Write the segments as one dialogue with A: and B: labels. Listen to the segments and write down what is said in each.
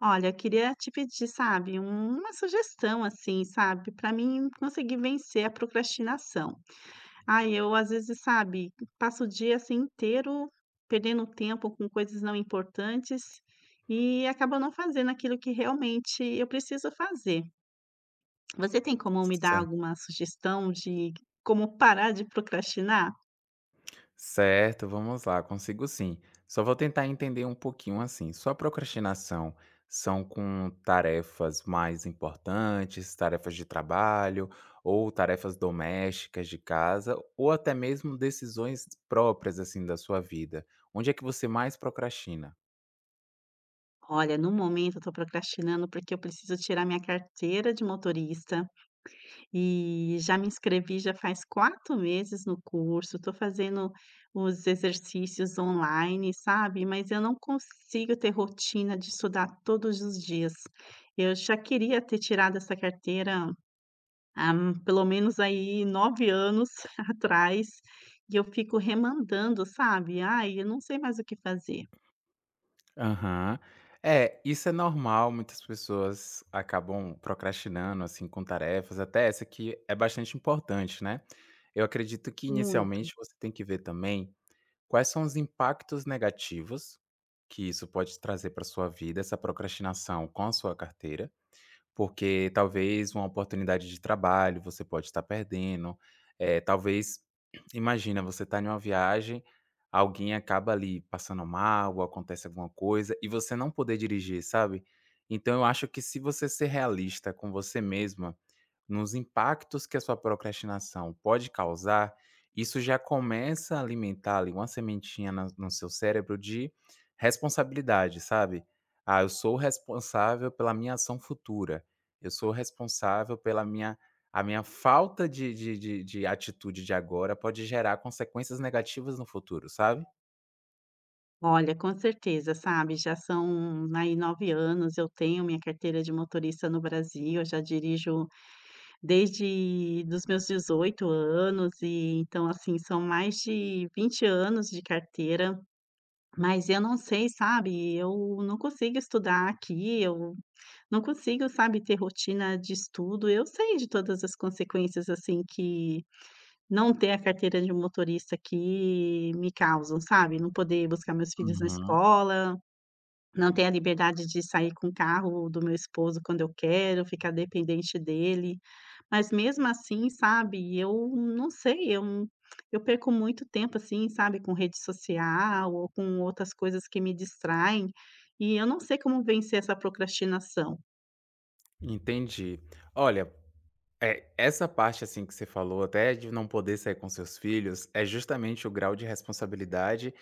A: Olha, eu queria te pedir, sabe, uma sugestão, assim, sabe, para mim conseguir vencer a procrastinação. Ai, eu às vezes, sabe, passo o dia assim inteiro perdendo tempo com coisas não importantes e acabo não fazendo aquilo que realmente eu preciso fazer. Você tem como me dar
B: Cer
A: alguma sugestão de como parar de procrastinar?
B: certo, vamos lá, consigo sim. Só vou tentar entender um pouquinho assim, sua procrastinação são com tarefas mais importantes, tarefas de trabalho ou tarefas domésticas de casa, ou até mesmo decisões próprias, assim, da sua vida. Onde é que você mais procrastina?
A: Olha, no momento eu estou procrastinando porque eu preciso tirar minha carteira de motorista. E já me inscrevi já faz 4 meses no curso, estou fazendo os exercícios online, sabe, mas eu não consigo ter rotina de estudar todos os dias. Eu já queria ter tirado essa carteira há pelo menos aí 9 anos atrás, e eu fico remandando, sabe. Ai, eu não sei mais o que fazer,
B: Aham. É, isso é normal, muitas pessoas acabam procrastinando, assim, com tarefas, até essa que é bastante importante, né. Eu acredito que
A: muito.
B: inicialmente você tem que ver também quais são os impactos negativos que isso pode trazer para sua vida, essa procrastinação com a sua carteira. Porque talvez uma oportunidade de trabalho você pode estar perdendo, talvez imagina, você está em uma viagem, alguém acaba ali passando mal ou acontece alguma coisa e você não poder dirigir, sabe. Então eu acho que se você ser realista com você mesma nos impactos que a sua procrastinação pode causar, isso já começa a alimentar ali uma sementinha na no seu cérebro de responsabilidade, sabe? "Ah, eu sou responsável pela minha ação futura. Eu sou responsável pela minha a minha falta de atitude de agora pode gerar consequências negativas no futuro", sabe?
A: Olha, com certeza, sabe, já são aí 9 anos, eu tenho minha carteira de motorista no Brasil, eu já dirijo desde dos meus 18 anos e então, assim, são mais de 20 anos de carteira, mas eu não sei, sabe, eu não consigo estudar aqui, eu não consigo, sabe, ter rotina de estudo. Eu sei de todas as consequências, assim, que não ter a carteira de motorista aqui me causam, sabe, não poder buscar meus filhos na
B: Uhum.
A: escola, não ter a liberdade de sair com o carro do meu esposo quando eu quero, ficar dependente dele. Mas mesmo assim, sabe, eu não sei, eu não eu perco muito tempo, assim, sabe, com rede social ou com outras coisas que me distraem, e eu não sei como vencer essa procrastinação.
B: Entendi. Olha, é, essa parte, assim, que você falou, até de não poder sair com seus filhos, é justamente o grau de responsabilidade.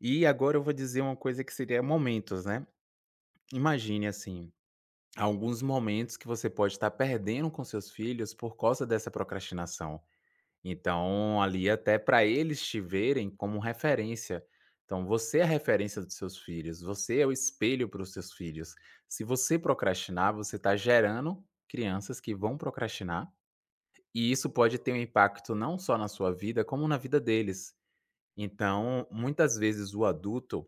B: E agora eu vou dizer uma coisa que seria momentos, né? Imagine, assim, alguns momentos que você pode estar perdendo com seus filhos por causa dessa procrastinação. Então, ali, até para eles te verem como referência. Então, você é a referência dos seus filhos, você é o espelho para os seus filhos. Se você procrastinar, você está gerando crianças que vão procrastinar e isso pode ter um impacto não só na sua vida, como na vida deles. Então, muitas vezes o adulto,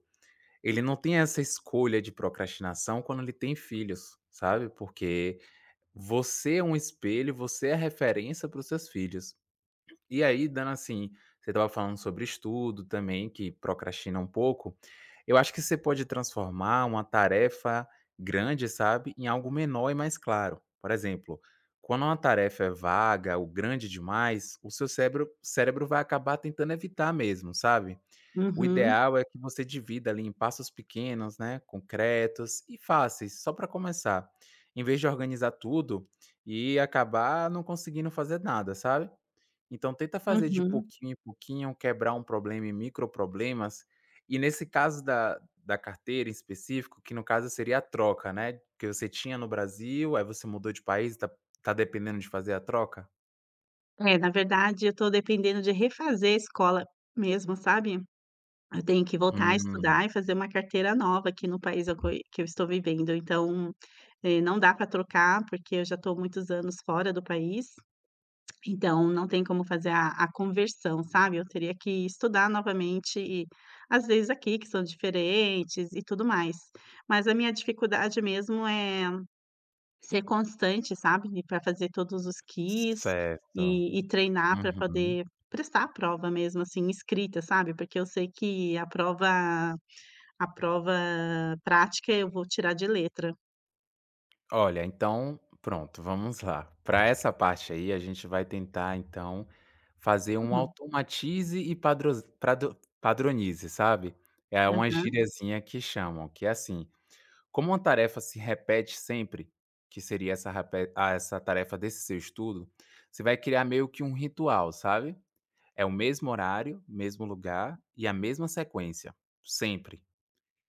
B: ele não tem essa escolha de procrastinação quando ele tem filhos, sabe? Porque você é um espelho, você é a referência para os seus filhos. E aí, dando assim, você estava falando sobre estudo também, que procrastina um pouco. Eu acho que você pode transformar uma tarefa grande, sabe, em algo menor e mais claro. Por exemplo, quando uma tarefa é vaga ou grande demais, o seu cérebro vai acabar tentando evitar mesmo, sabe? O
A: Uhum,
B: ideal é que você divida ali em passos pequenos, né, concretos e fáceis, só para começar, em vez de organizar tudo e acabar não conseguindo fazer nada, sabe? Então tenta fazer de
A: uhum.
B: pouquinho em pouquinho, quebrar um problema em microproblemas, e nesse caso da carteira em específico, que no caso seria a troca, né, que você tinha no Brasil, aí você mudou de país, e tá dependendo de fazer a troca?
A: É, na verdade, eu estou dependendo de refazer a escola mesmo, sabe. Eu tenho que voltar a
B: Hum,
A: estudar e fazer uma carteira nova aqui no país eu co que eu estou vivendo, então, não dá para trocar, porque eu já estou muitos anos fora do país. Então, não tem como fazer a conversão, sabe, eu teria que estudar novamente e as leis aqui que são diferentes e tudo mais. Mas a minha dificuldade mesmo é ser constante, sabe, para fazer todos os quiz
B: certo.
A: e treinar para
B: Uhum.
A: poder prestar a prova mesmo, assim, escrita, sabe, porque eu sei que a prova prática eu vou tirar de letra.
B: Olha, então pronto, vamos lá. Para essa parte aí, a gente vai tentar então fazer um
A: Uhum.
B: automatize e padros prado padronize, sabe? É uma
A: Aham.
B: gíriazinha que chamam, que é assim. Como uma tarefa se repete sempre, que seria essa tarefa desse seu estudo, você vai criar meio que um ritual, sabe. É o mesmo horário, mesmo lugar e a mesma sequência, sempre,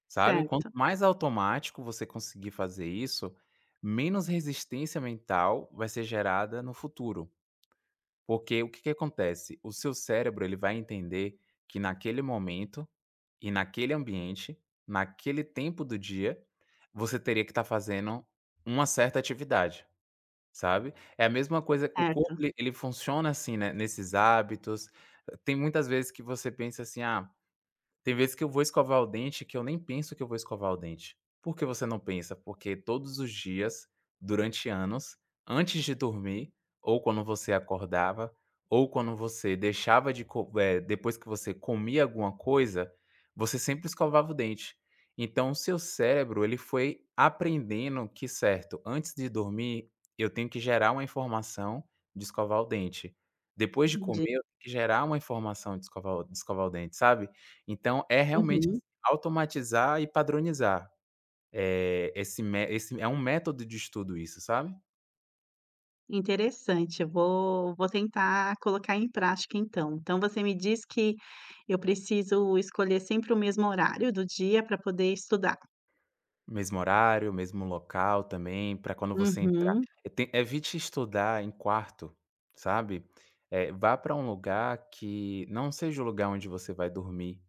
B: sabe. Quanto
A: Certo,
B: mais automático você conseguir fazer isso, menos resistência mental vai ser gerada no futuro. Porque o que que acontece? O seu cérebro, ele vai entender que naquele momento e naquele ambiente, naquele tempo do dia, você teria que estar fazendo uma certa atividade, sabe. É a mesma coisa, o corpo
A: certo.
B: ele funciona assim, né, nesses hábitos. Tem muitas vezes que você pensa assim: "Ah". Tem vezes que eu vou escovar o dente que eu nem penso que eu vou escovar o dente. Por que você não pensa? Porque todos os dias, durante anos, antes de dormir, ou quando você acordava, ou quando você deixava de co eh, depois que você comia alguma coisa, você sempre escovava o dente. Então o seu cérebro, ele foi aprendendo que, certo, antes de dormir, eu tenho que gerar uma informação de escovar o dente. Depois de
A: Entendi.
B: comer, eu tenho que gerar uma informação de escovar o dente, sabe? Então é realmente
A: Uhum.
B: automatizar e padronizar, esse é um método de estudo isso, sabe.
A: Interessante, eu vou tentar colocar em prática então. Então você me diz que eu preciso escolher sempre o mesmo horário do dia para poder estudar?
B: Mesmo horário, mesmo local também, para quando você entrar
A: Uhum,
B: te evite estudar em quarto, sabe. Vá para um lugar que não seja o lugar onde você vai dormir.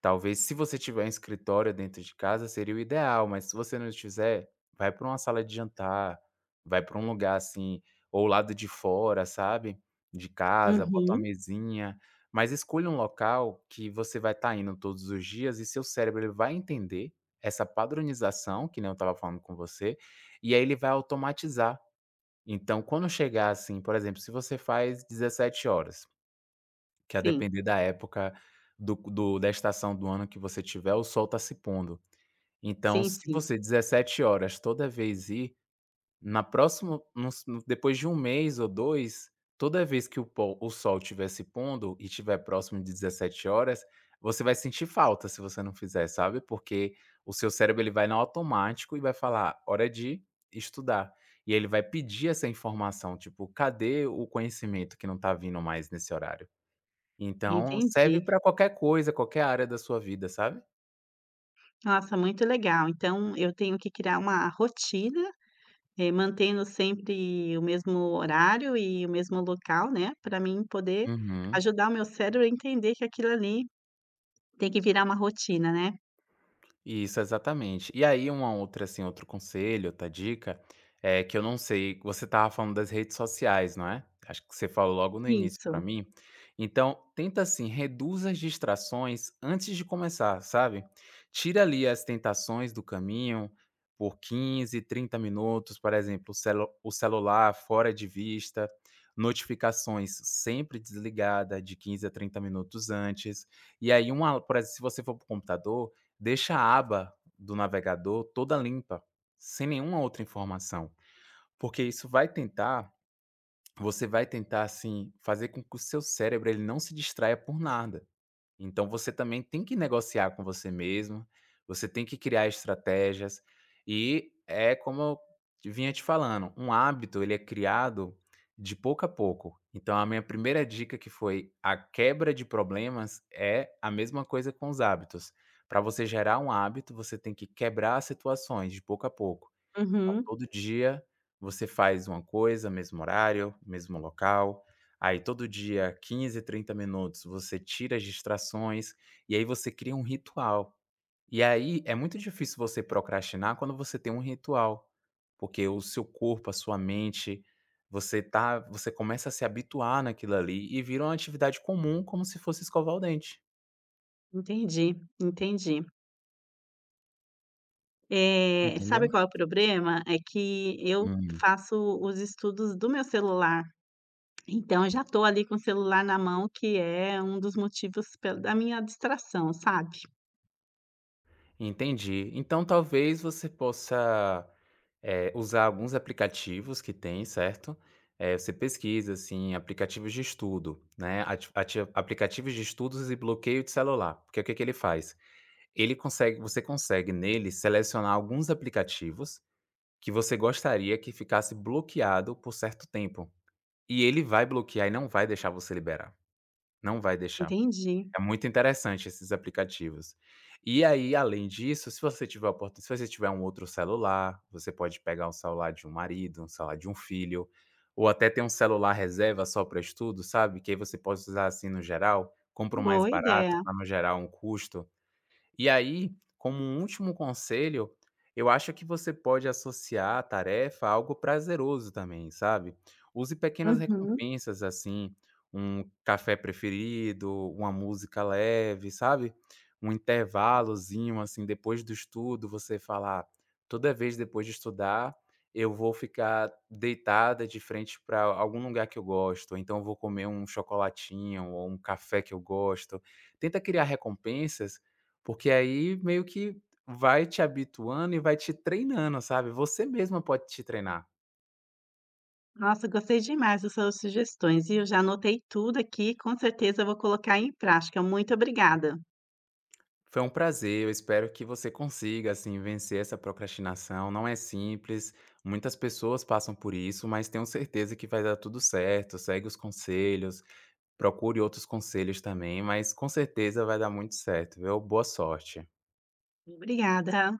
B: Talvez se você tiver um escritório dentro de casa seria o ideal, mas se você não tiver, vai para uma sala de jantar, vai para um lugar, assim, ou lado de fora, sabe, de casa, bota uma
A: uhum,
B: mesinha, mas escolha um local que você vai estar indo todos os dias e seu cérebro ele vai entender essa padronização, que nem eu estava falando com você, e aí ele vai automatizar. Então quando chegar, assim, por exemplo, se você faz 17 horas, que a
A: sim,
B: depender da época do do da estação do ano que você tiver, o sol está se pondo. Então,
A: sim,
B: se
A: sim,
B: você 17 horas toda vez ir, na próximo nos depois de um mês ou 2, toda vez que o sol estiver se pondo e estiver próximo de 17 horas, você vai sentir falta se você não fizer, sabe, porque o seu cérebro ele vai no automático e vai falar: "Hora de estudar". E ele vai pedir essa informação, tipo: "Cadê o conhecimento que não está vindo mais nesse horário?". Então
A: entendi.
B: serve pra qualquer coisa, qualquer área da sua vida, sabe?
A: Nossa, muito legal. Então eu tenho que criar uma rotina, mantendo sempre o mesmo horário e o mesmo local, né, para mim poder
B: Uhum.
A: ajudar o meu cérebro a entender que aquilo ali tem que virar uma rotina, né?
B: Isso, exatamente. E aí uma outra, assim, outro conselho, outra dica, é que eu não sei, você estava falando das redes sociais, não é? Acho que você falou logo no início
A: Isso,
B: para mim. Então, tenta assim, reduz as distrações antes de começar, sabe? Tira ali as tentações do caminho por 15, 30 minutos, por exemplo, o celular fora de vista, notificações sempre desligada de 15 a 30 minutos antes. E aí uma, por exemplo, se você for para o computador, deixa a aba do navegador toda limpa, sem nenhuma outra informação, porque isso vai tentar, você vai tentar, assim, fazer com que o seu cérebro ele não se distraia por nada. Então você também tem que negociar com você mesmo, você tem que criar estratégias, e é como eu te vinha te falando, um hábito ele é criado de pouco a pouco. Então a minha primeira dica, que foi a quebra de problemas, é a mesma coisa com os hábitos. Para você gerar um hábito, você tem que quebrar as situações de pouco a pouco. Então,
A: uhum.
B: todo dia você faz uma coisa, mesmo horário, mesmo local. Aí todo dia, 15, 30 minutos, você tira as distrações e aí você cria um ritual. E aí é muito difícil você procrastinar quando você tem um ritual, porque o seu corpo, a sua mente, você tá, você começa a se habituar naquilo ali e vira uma atividade comum como se fosse escovar o dente,
A: Entendi, entendi. Eh, sabe
B: entendeu?
A: qual é o problema? É que eu faço os estudos do meu celular, então eu já estou ali com o celular na mão, que é um dos motivos pel da minha distração, sabe.
B: Entendi. Então talvez você possa, usar alguns aplicativos que tem, certo? Você pesquisa, assim, aplicativos de estudo, né, ati ati aplicativos de estudos e bloqueio de celular, porque o que que ele faz? Ele consegue, você consegue nele selecionar alguns aplicativos que você gostaria que ficasse bloqueado por certo tempo, e ele vai bloquear e não vai deixar você liberar, não vai deixar.
A: Entendi.
B: É muito interessante esses aplicativos. E aí, além disso, se você tiver um outro celular, você pode pegar um celular de um marido, um celular de um filho, ou até ter um celular reserva só para estudo, sabe, que aí você pode usar, assim, no geral, compra o mais
A: Boa
B: barato
A: ideia.
B: para não gerar um custo. E aí, como um último conselho, eu acho que você pode associar a tarefa a algo prazeroso também, sabe? Use pequenas
A: Uhum.
B: recompensas, assim, um café preferido, uma música leve, sabe? Um intervalozinho, assim, depois do estudo, você falar, toda vez depois de estudar, eu vou ficar deitada de frente para algum lugar que eu gosto, ou então eu vou comer um chocolatinho ou um café que eu gosto. Tenta criar recompensas porque aí meio que vai te habituando e vai te treinando, sabe, você mesma pode te treinar.
A: Nossa, gostei demais das suas sugestões, e eu já anotei tudo aqui, com certeza eu vou colocar em prática. Muito obrigada.
B: Foi um prazer, eu espero que você consiga, assim, vencer essa procrastinação, não é simples, muitas pessoas passam por isso, mas tenho certeza que vai dar tudo certo, segue os conselhos, procure outros conselhos também, mas com certeza vai dar muito certo, viu. Boa sorte.
A: Obrigada.